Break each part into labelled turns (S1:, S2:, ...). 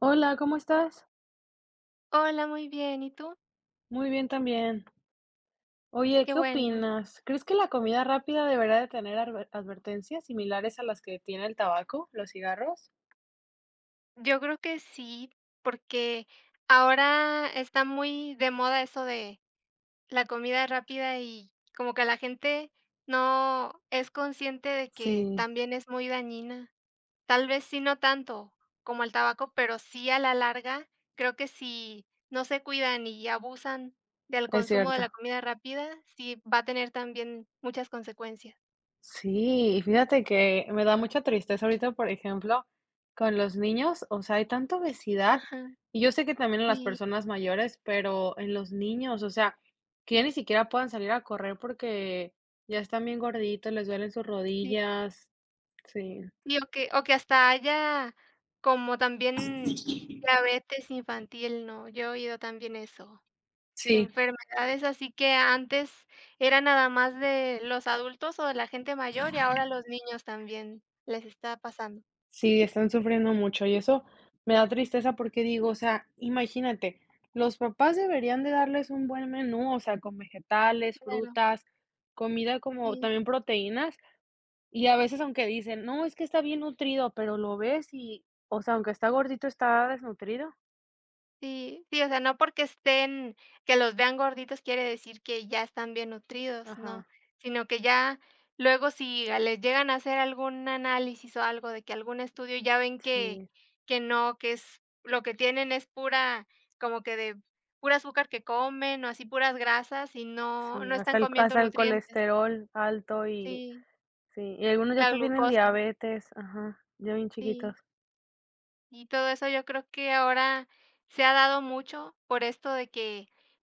S1: Hola, ¿cómo estás?
S2: Hola, muy bien, ¿y tú?
S1: Muy bien también. Oye,
S2: Qué
S1: ¿qué
S2: bueno.
S1: opinas? ¿Crees que la comida rápida deberá de tener advertencias similares a las que tiene el tabaco, los cigarros?
S2: Yo creo que sí, porque ahora está muy de moda eso de la comida rápida y como que la gente no es consciente de que
S1: Sí,
S2: también es muy dañina. Tal vez sí, no tanto como el tabaco, pero sí a la larga, creo que si no se cuidan y abusan del
S1: es
S2: consumo de la
S1: cierto.
S2: comida rápida, sí va a tener también muchas consecuencias.
S1: Sí, y fíjate que me da mucha tristeza ahorita, por ejemplo, con los niños, o sea, hay tanta obesidad,
S2: Ajá,
S1: y yo sé que también en las
S2: sí,
S1: personas mayores, pero en los niños, o sea, que ya ni siquiera puedan salir a correr porque ya están bien gorditos, les duelen sus
S2: sí.
S1: rodillas. Sí.
S2: Sí, o que hasta haya como también diabetes infantil, ¿no? Yo he oído también eso,
S1: Sí.
S2: enfermedades así que antes era nada más de los adultos o de la gente mayor, y ahora los niños también les está pasando.
S1: Sí, están sufriendo mucho y eso me da tristeza porque digo, o sea, imagínate, los papás deberían de darles un buen menú, o sea, con vegetales,
S2: Claro,
S1: frutas, comida como
S2: sí.
S1: también proteínas, y a veces aunque dicen, no, es que está bien nutrido, pero lo ves y, o sea, aunque está gordito, está desnutrido.
S2: Sí, sí, o sea, no porque estén que los vean gorditos quiere decir que ya están bien nutridos, no,
S1: Ajá,
S2: sino que ya luego si a les llegan a hacer algún análisis o algo de que algún estudio, ya ven
S1: sí,
S2: que no, que es lo que tienen es pura como que de pura azúcar que comen o así puras grasas y no
S1: sí,
S2: no
S1: hasta
S2: están
S1: el
S2: comiendo nutrientes.
S1: colesterol alto y
S2: Sí,
S1: sí, y algunos ya
S2: la
S1: hasta tienen
S2: glucosa,
S1: diabetes, ajá, ya bien
S2: sí.
S1: chiquitos.
S2: Y todo eso yo creo que ahora se ha dado mucho por esto de que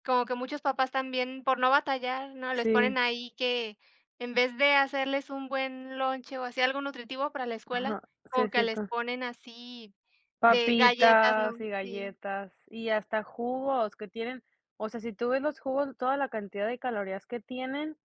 S2: como que muchos papás también por no batallar, ¿no? Les
S1: Sí,
S2: ponen ahí que en vez de hacerles un buen lonche o así algo nutritivo para la
S1: ajá,
S2: escuela,
S1: sí,
S2: como
S1: es
S2: que les
S1: cierto.
S2: ponen así de galletas, ¿no?
S1: Papitas y
S2: Sí,
S1: galletas, y hasta jugos que tienen, o sea, si tú ves los jugos, toda la cantidad de calorías que tienen,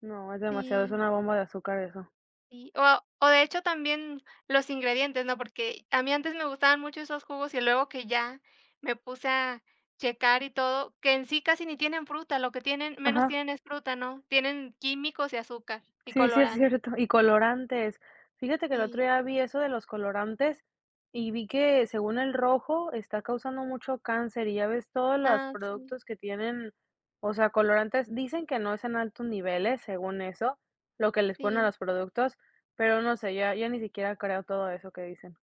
S1: no, es demasiado, es
S2: sí.
S1: una bomba de azúcar eso.
S2: Sí, o de hecho también los ingredientes, ¿no? Porque a mí antes me gustaban mucho esos jugos y luego que ya me puse a checar y todo, que en sí casi ni tienen fruta, lo que tienen menos
S1: Ajá.
S2: tienen es fruta, ¿no? Tienen químicos y azúcar y
S1: Sí, sí, es
S2: colorante.
S1: cierto. Y colorantes. Fíjate que el otro
S2: Sí.
S1: día vi eso de los colorantes y vi que según el rojo está causando mucho cáncer y ya ves todos los
S2: Ah, sí,
S1: productos que tienen, o sea, colorantes, dicen que no es en altos niveles, según eso, lo que les ponen a
S2: sí.
S1: los productos, pero no sé, ya, ya ni siquiera creo todo eso que dicen.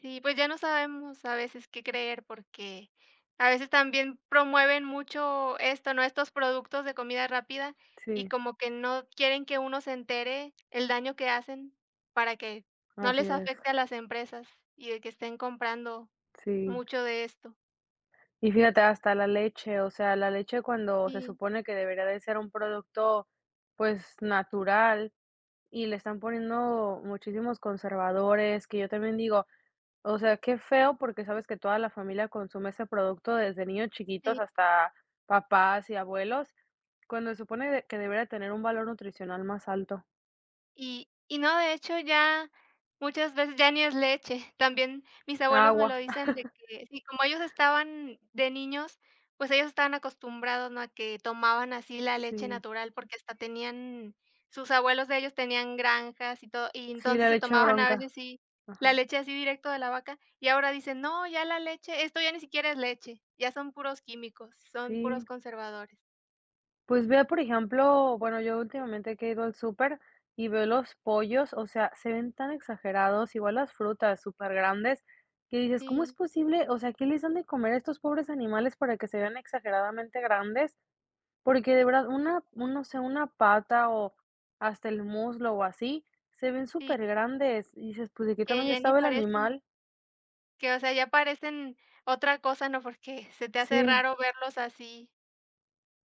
S2: Sí, pues ya no sabemos a veces qué creer porque a veces también promueven mucho esto, ¿no? Estos productos de comida rápida y
S1: Sí,
S2: como que no quieren que uno se entere el daño que hacen para que no
S1: así
S2: les
S1: es.
S2: afecte a las empresas y de que estén comprando
S1: Sí.
S2: mucho de esto.
S1: Y fíjate, hasta la leche, o sea, la leche cuando se
S2: Sí,
S1: supone que debería de ser un producto pues natural. Y le están poniendo muchísimos conservadores, que yo también digo, o sea, qué feo, porque sabes que toda la familia consume ese producto desde niños chiquitos
S2: sí.
S1: hasta papás y abuelos, cuando se supone de que debería tener un valor nutricional más alto.
S2: Y no, de hecho, ya muchas veces ya ni es leche. También mis abuelos me
S1: Agua,
S2: lo dicen de que sí, como ellos estaban de niños, pues ellos estaban acostumbrados, ¿no?, a que tomaban así la leche
S1: sí,
S2: natural, porque hasta tenían sus abuelos de ellos tenían granjas y todo, y
S1: sí, la
S2: entonces se
S1: leche
S2: tomaban a
S1: bronca,
S2: veces sí la
S1: ajá,
S2: leche así directo de la vaca, y ahora dicen: "No, ya la leche, esto ya ni siquiera es leche, ya son puros químicos, son
S1: sí.
S2: puros conservadores".
S1: Pues veo, por ejemplo, bueno, yo últimamente que he ido al súper y veo los pollos, o sea, se ven tan exagerados, igual las frutas súper grandes, que dices, ¿cómo es
S2: Sí,
S1: posible? O sea, ¿qué les dan de comer a estos pobres animales para que se vean exageradamente grandes? Porque de verdad, una, no sé, una pata o hasta el muslo o así, se ven
S2: sí,
S1: súper grandes. Y dices, pues, ¿de qué
S2: que
S1: tamaño
S2: ya ni
S1: estaba el
S2: parecen.
S1: animal?
S2: Que, o sea, ya parecen otra cosa, ¿no? Porque se te hace
S1: Sí,
S2: raro verlos así,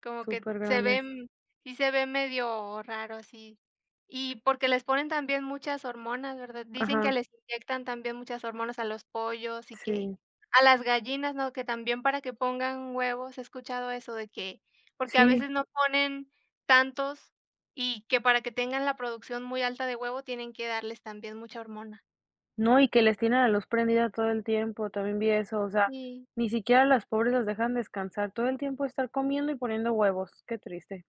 S2: como que
S1: súper
S2: se
S1: grandes.
S2: ven sí se ve medio raro así. Y porque les ponen también muchas hormonas, ¿verdad? Dicen que
S1: Ajá,
S2: les inyectan también muchas hormonas a los pollos y que
S1: sí,
S2: a las gallinas, ¿no? Que también para que pongan huevos, he escuchado eso de que porque a
S1: sí.
S2: veces no ponen tantos y que para que tengan la producción muy alta de huevo tienen que darles también mucha hormona.
S1: No, y que les tienen la luz prendida todo el tiempo, también vi eso, o sea,
S2: Sí.
S1: ni siquiera las pobres las dejan descansar, todo el tiempo estar comiendo y poniendo huevos, qué triste.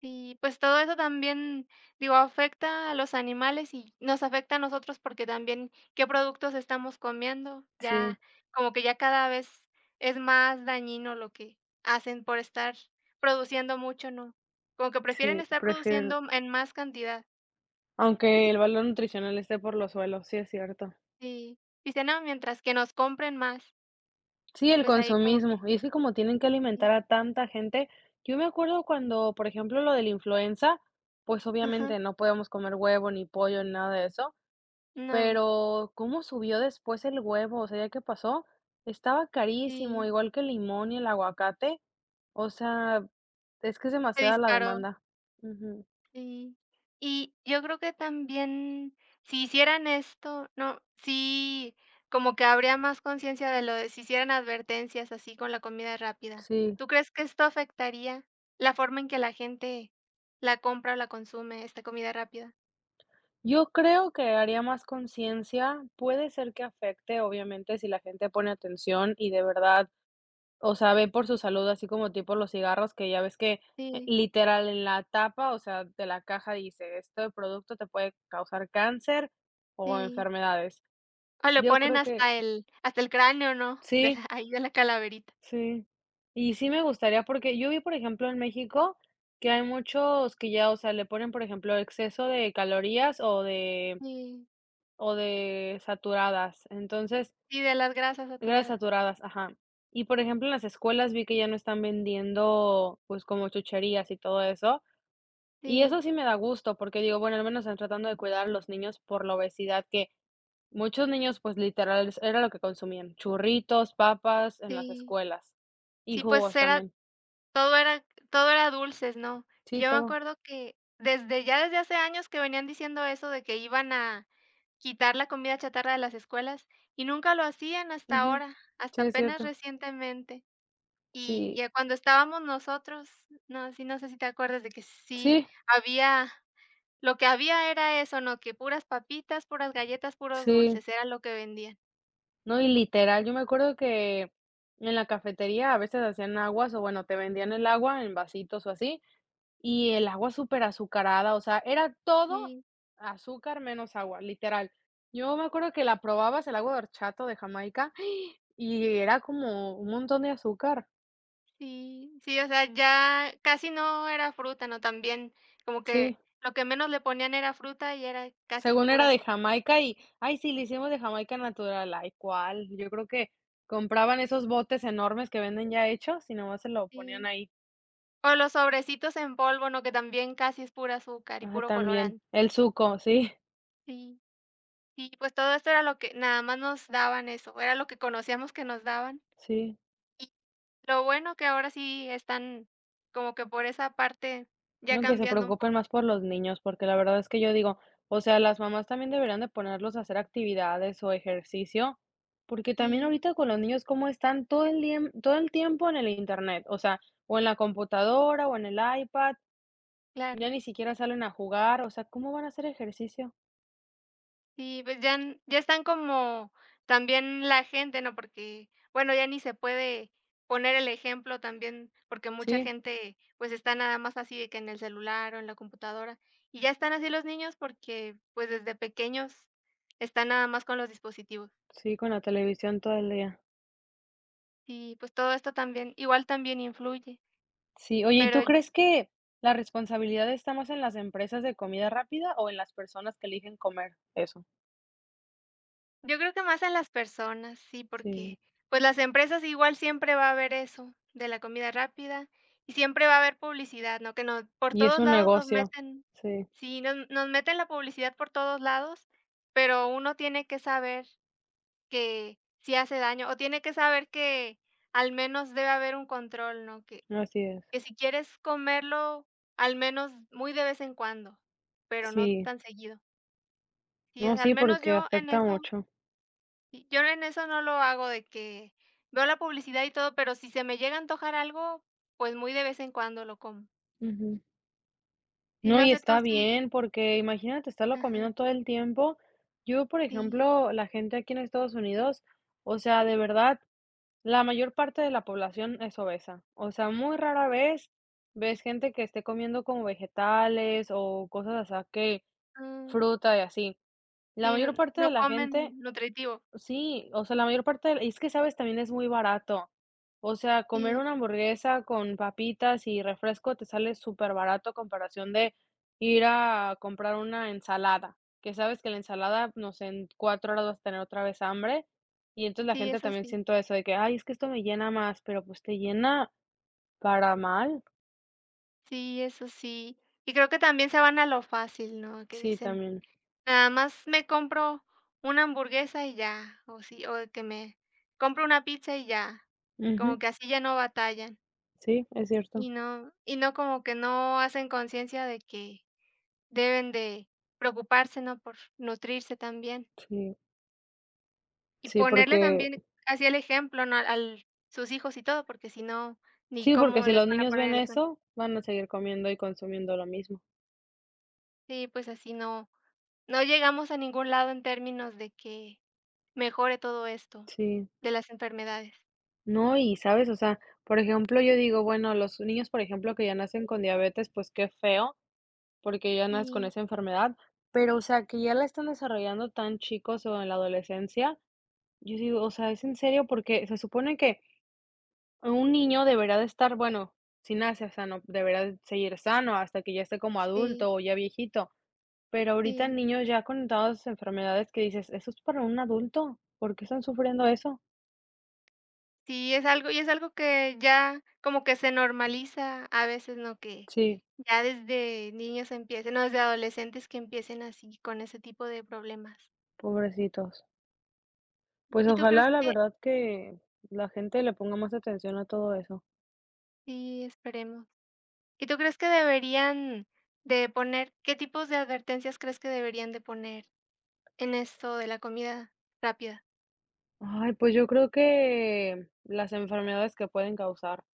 S2: Y pues todo eso también, digo, afecta a los animales y nos afecta a nosotros porque también qué productos estamos comiendo,
S1: Sí,
S2: ya como que ya cada vez es más dañino lo que hacen por estar produciendo mucho, ¿no? Como que prefieren
S1: sí,
S2: estar
S1: prefiero
S2: produciendo en más cantidad.
S1: aunque el valor nutricional esté por los suelos, sí es cierto.
S2: Sí. Dicen, no, mientras que nos compren más,
S1: Sí, el
S2: pues ahí como
S1: consumismo,
S2: que
S1: y es que como tienen que alimentar
S2: sí.
S1: a tanta gente, yo me acuerdo cuando, por ejemplo, lo de la influenza, pues
S2: Ajá.
S1: obviamente no podíamos comer huevo, ni pollo, ni nada de eso.
S2: No,
S1: Pero, ¿cómo subió después el huevo? O sea, ¿ya qué pasó? Estaba carísimo,
S2: sí,
S1: igual que el limón y el aguacate. O sea, es que es
S2: se
S1: demasiada la
S2: disparó.
S1: demanda. Ujú,
S2: Sí. Y yo creo que también, si hicieran esto, no, sí, como que habría más conciencia de lo de si hicieran advertencias así con la comida rápida.
S1: sí.
S2: ¿Tú crees que esto afectaría la forma en que la gente la compra o la consume, esta comida rápida?
S1: Yo creo que haría más conciencia. Puede ser que afecte, obviamente, si la gente pone atención y de verdad, o sea, ve por su salud, así como tipo los cigarros, que ya ves que
S2: Sí,
S1: literal en la tapa, o sea, de la caja dice, este producto te puede causar cáncer o
S2: sí.
S1: enfermedades.
S2: O le
S1: Yo
S2: ponen
S1: creo que
S2: hasta el cráneo, ¿no? De
S1: sí,
S2: la ahí de la calaverita.
S1: sí. Y sí me gustaría, porque yo vi, por ejemplo, en México que hay muchos que ya, o sea, le ponen, por ejemplo, exceso de calorías o de
S2: Sí,
S1: saturadas. Entonces,
S2: sí, de las grasas
S1: grasas
S2: saturadas.
S1: saturadas, ajá. Y, por ejemplo, en las escuelas vi que ya no están vendiendo, pues, como chucherías y todo eso. Y eso
S2: Sí,
S1: sí me da gusto, porque digo, bueno, al menos están tratando de cuidar a los niños por la obesidad que muchos niños, pues, literal, era lo que consumían, churritos, papas en las
S2: sí.
S1: escuelas y
S2: Sí, pues
S1: jugos
S2: será.
S1: también.
S2: Todo era dulces, ¿no? Y
S1: Sí,
S2: yo me
S1: todo.
S2: acuerdo que desde ya desde hace años que venían diciendo eso de que iban a quitar la comida chatarra de las escuelas, y nunca lo hacían hasta
S1: Ujú.
S2: ahora,
S1: Sí,
S2: hasta
S1: es
S2: apenas
S1: cierto.
S2: recientemente. Y
S1: Sí,
S2: ya cuando estábamos nosotros, no, sí, no sé si te acuerdas de que sí
S1: sí,
S2: había lo que había era eso, ¿no? Que puras papitas, puras galletas, puros
S1: sí.
S2: dulces, era lo que vendían.
S1: No, y literal, yo me acuerdo que en la cafetería a veces hacían aguas o bueno, te vendían el agua en vasitos o así, y el agua súper azucarada, o sea, era todo azúcar menos agua, literal. Yo me acuerdo que la probabas, el agua de horchata o de Jamaica, y era como un montón de azúcar.
S2: Sí, sí, o sea, ya casi no era fruta, ¿no? También como
S1: Sí.
S2: que lo que menos le ponían era fruta y era casi
S1: Según
S2: pura
S1: era de
S2: azúcar.
S1: Jamaica y, ay, sí, le hicimos de Jamaica natural. Ay, ¿cuál? Yo creo que compraban esos botes enormes que venden ya hechos y nomás se lo ponían
S2: Sí.
S1: ahí.
S2: O los sobrecitos en polvo, ¿no? Que también casi es pura azúcar y
S1: Ah,
S2: puro
S1: también.
S2: colorante.
S1: El suco sí,
S2: Sí. Sí, pues todo esto era lo que nada más nos daban eso, era lo que conocíamos que nos daban.
S1: sí.
S2: Y lo bueno que ahora sí están como que por esa parte ya
S1: No, que se
S2: cambiando un
S1: preocupen
S2: poco.
S1: más por los niños, porque la verdad es que yo digo, o sea, las mamás también deberían de ponerlos a hacer actividades o ejercicio, porque también
S2: Sí,
S1: ahorita con los niños, cómo están todo el día todo el tiempo en el internet, o sea, o en la computadora o en el iPad, ya
S2: claro.
S1: ni siquiera salen a jugar, o sea, ¿cómo van a hacer ejercicio?
S2: Sí, pues ya n ya están como también la gente, ¿no? Porque, bueno, ya ni se puede poner el ejemplo también, porque mucha
S1: Sí,
S2: gente, pues, está nada más así de que en el celular o en la computadora, y ya están así los niños porque, pues, desde pequeños están nada más con los dispositivos.
S1: sí, con la televisión todo el día.
S2: Y, pues, todo esto también igual también influye,
S1: Sí, oye, ¿y
S2: pero.
S1: tú crees que la responsabilidad está más en las empresas de comida rápida o en las personas que eligen comer eso?
S2: Yo creo que más a las personas, sí,
S1: Sí,
S2: porque, pues, las empresas igual siempre va a haber eso, de la comida rápida, y siempre va a haber publicidad, ¿no? Que no, por
S1: y es
S2: todos
S1: un
S2: lados nos
S1: negocio.
S2: meten
S1: Sí,
S2: sí, nos meten la publicidad por todos lados, pero uno tiene que saber que si hace daño, o tiene que saber que al menos debe haber un control, ¿no?
S1: así es.
S2: Que si quieres comerlo, al menos muy de vez en cuando, pero no
S1: Sí,
S2: tan seguido. Sí, o
S1: no,
S2: sea, al
S1: sí,
S2: menos
S1: porque
S2: yo en
S1: afecta
S2: eso
S1: mucho.
S2: y yo en eso no lo hago de que veo la publicidad y todo, pero si se me llega a antojar algo, pues muy de vez en cuando lo como.
S1: Ujú.
S2: Y
S1: No,
S2: no
S1: y
S2: sé tú
S1: está
S2: si
S1: bien, porque imagínate estarlo comiendo
S2: ajá,
S1: todo el tiempo. Yo, por
S2: sí,
S1: ejemplo, la gente aquí en Estados Unidos, o sea, de verdad, la mayor parte de la población es obesa, o sea, muy rara vez ves gente que esté comiendo como vegetales o cosas, así, que
S2: ah,
S1: fruta y así. La
S2: sí,
S1: mayor
S2: n-
S1: parte
S2: no
S1: de la
S2: comen
S1: gente,
S2: nutritivo.
S1: sí, o sea, la mayor parte del, y es que, ¿sabes? También es muy barato. O sea, comer
S2: Sí,
S1: una hamburguesa con papitas y refresco te sale superbarato a comparación de ir a comprar una ensalada, que sabes que la ensalada, no sé, en 4 horas vas a tener otra vez hambre, y entonces la
S2: sí,
S1: gente
S2: eso
S1: también
S2: sí,
S1: siento eso de que: "Ay, es que esto me llena más", pero, pues, te llena para mal.
S2: sí, eso sí. Y creo que también se van a lo fácil, ¿no? Que
S1: Sí,
S2: dicen:
S1: también.
S2: "Nada más me compro una hamburguesa y ya", o sí, o que me compro una pizza y ya,
S1: Ujú.
S2: como que así ya no batallan.
S1: Sí, es cierto.
S2: Y no como que no hacen conciencia de que deben de preocuparse, ¿no?, por nutrirse también,
S1: Sí,
S2: y
S1: sí,
S2: ponerle también así el ejemplo, ¿no?, al sus hijos y todo, porque si no, ni
S1: porque
S2: cómo
S1: si
S2: les
S1: los
S2: van a
S1: niños
S2: poner
S1: ven
S2: el ejemplo.
S1: eso, van a seguir comiendo y consumiendo lo mismo.
S2: Sí, pues así no llegamos a ningún lado en términos de que mejore todo esto
S1: Sí,
S2: de las enfermedades.
S1: no, y sabes, o sea, por ejemplo, yo digo, bueno, los niños, por ejemplo, que ya nacen con diabetes, pues qué feo, porque ya nacen con
S2: Sí,
S1: esa enfermedad, pero, o sea, que ya la están desarrollando tan chicos o en la adolescencia, yo digo, o sea, es en serio, porque se supone que un niño deberá de estar, bueno, si nace sano, deberá de seguir sano hasta que ya esté como
S2: sí,
S1: adulto o ya viejito, pero ahorita
S2: sí.
S1: niños ya con todas esas enfermedades que dices, eso es para un adulto, ¿por qué están sufriendo eso?
S2: Sí, es algo que ya como que se normaliza a veces, ¿no?, que
S1: Sí,
S2: ya desde niños empiecen, no desde adolescentes que empiecen así con ese tipo de problemas.
S1: pobrecitos. Pues
S2: ¿Y tú crees
S1: ojalá, la
S2: que?
S1: verdad, que la gente le ponga más atención a todo eso.
S2: Sí, esperemos. ¿Y tú crees que deberían de poner qué tipos de advertencias crees que deberían de poner en esto de la comida rápida?
S1: Ay, pues yo creo que las enfermedades que pueden causar,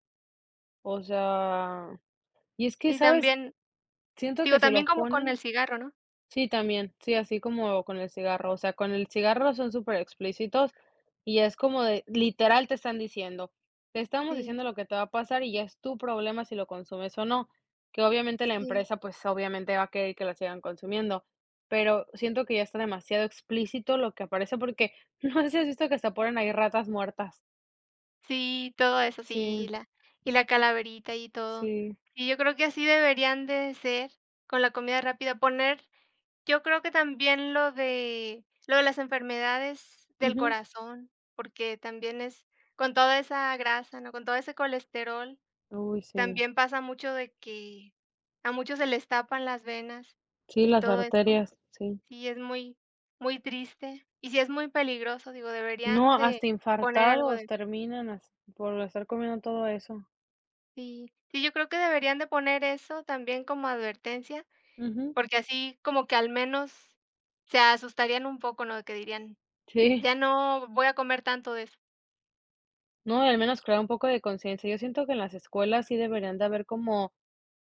S1: o sea, y es que,
S2: Y
S1: ¿sabes?
S2: también,
S1: Siento
S2: digo,
S1: que si
S2: también
S1: lo
S2: como con el
S1: ponen,
S2: cigarro, ¿no?
S1: sí, también. Sí, así como con el cigarro. O sea, con el cigarro son súper explícitos y es como de, literal te están diciendo, te estamos
S2: Sí,
S1: diciendo lo que te va a pasar y ya es tu problema si lo consumes o no, que obviamente la
S2: sí,
S1: empresa, pues obviamente va a querer que la sigan consumiendo, pero siento que ya está demasiado explícito lo que aparece porque no sé si has visto que se ponen ahí ratas muertas.
S2: sí, todo eso, sí,
S1: Sí,
S2: la y la calaverita y todo.
S1: sí.
S2: Y yo creo que así deberían de ser con la comida rápida, poner. Yo creo que también lo de las enfermedades del
S1: Ujú.
S2: corazón, porque también es con toda esa grasa, ¿no? Con todo ese colesterol,
S1: Uy, sí.
S2: también pasa mucho de que a muchos se les tapan las venas
S1: Sí,
S2: y
S1: las
S2: todo eso.
S1: arterias, sí.
S2: Sí, es muy triste y sí es muy peligroso, digo,
S1: No,
S2: deberían de
S1: hasta
S2: poner algo
S1: infartados
S2: de
S1: terminan as por estar comiendo todo eso.
S2: sí. Sí, yo creo que deberían de poner eso también como advertencia,
S1: Ujú,
S2: porque así como que al menos se asustarían un poco, ¿no? De que dirían
S1: sí.
S2: ya no voy a comer tanto de eso.
S1: No, al menos crear un poco de conciencia. Yo siento que en las escuelas sí deberían de haber como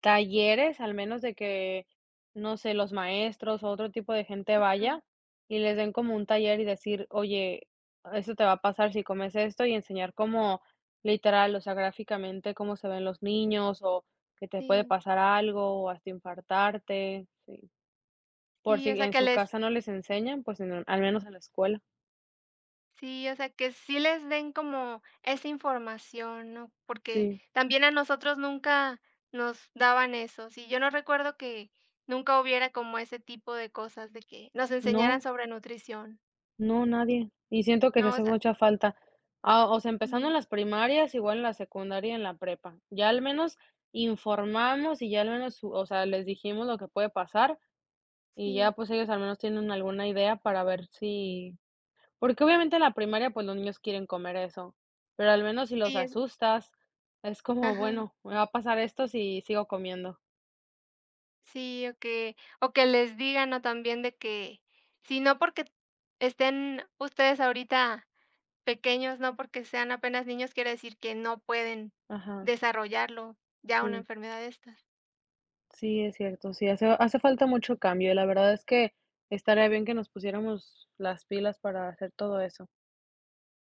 S1: talleres, al menos de que, no sé, los maestros o otro tipo de gente
S2: Ajá,
S1: vaya y les den como un taller y decir: "Oye, eso te va a pasar si comes esto", y enseñar como literal, o sea, gráficamente cómo se ven los niños o que te puede
S2: sí,
S1: pasar algo o hasta infartarte, sí. Por
S2: sí, o
S1: si
S2: sea,
S1: en
S2: que
S1: su
S2: les
S1: casa no les enseñan, pues en al menos en la escuela.
S2: sí, o sea, que sí les den como esa información, ¿no? Porque
S1: Sí.
S2: también a nosotros nunca nos daban eso. Sí, yo no recuerdo que nunca hubiera como ese tipo de cosas de que nos enseñaran
S1: No,
S2: sobre nutrición.
S1: no, nadie. Y siento que se
S2: No, o
S1: hace
S2: sea,
S1: mucha falta. Ah, o sea, empezando en
S2: sí,
S1: las primarias, igual en la secundaria y en la prepa. Ya al menos informamos y ya al menos, su, o sea, les dijimos lo que puede pasar y ya,
S2: sí,
S1: pues, ellos al menos tienen alguna idea para ver si porque obviamente en la primaria, pues, los niños quieren comer eso, pero al menos si los
S2: sí, es
S1: asustas, es como,
S2: ajá,
S1: bueno, me va a pasar esto si sigo comiendo.
S2: sí, o que les digan, ¿no? También de que si no porque estén ustedes ahorita pequeños, no porque sean apenas niños, quiere decir que no pueden
S1: Ajá,
S2: desarrollarlo, ya una
S1: sí.
S2: enfermedad de estas.
S1: Sí, es cierto, sí, hace falta mucho cambio, y la verdad es que estaría bien que nos pusiéramos las pilas para hacer todo eso.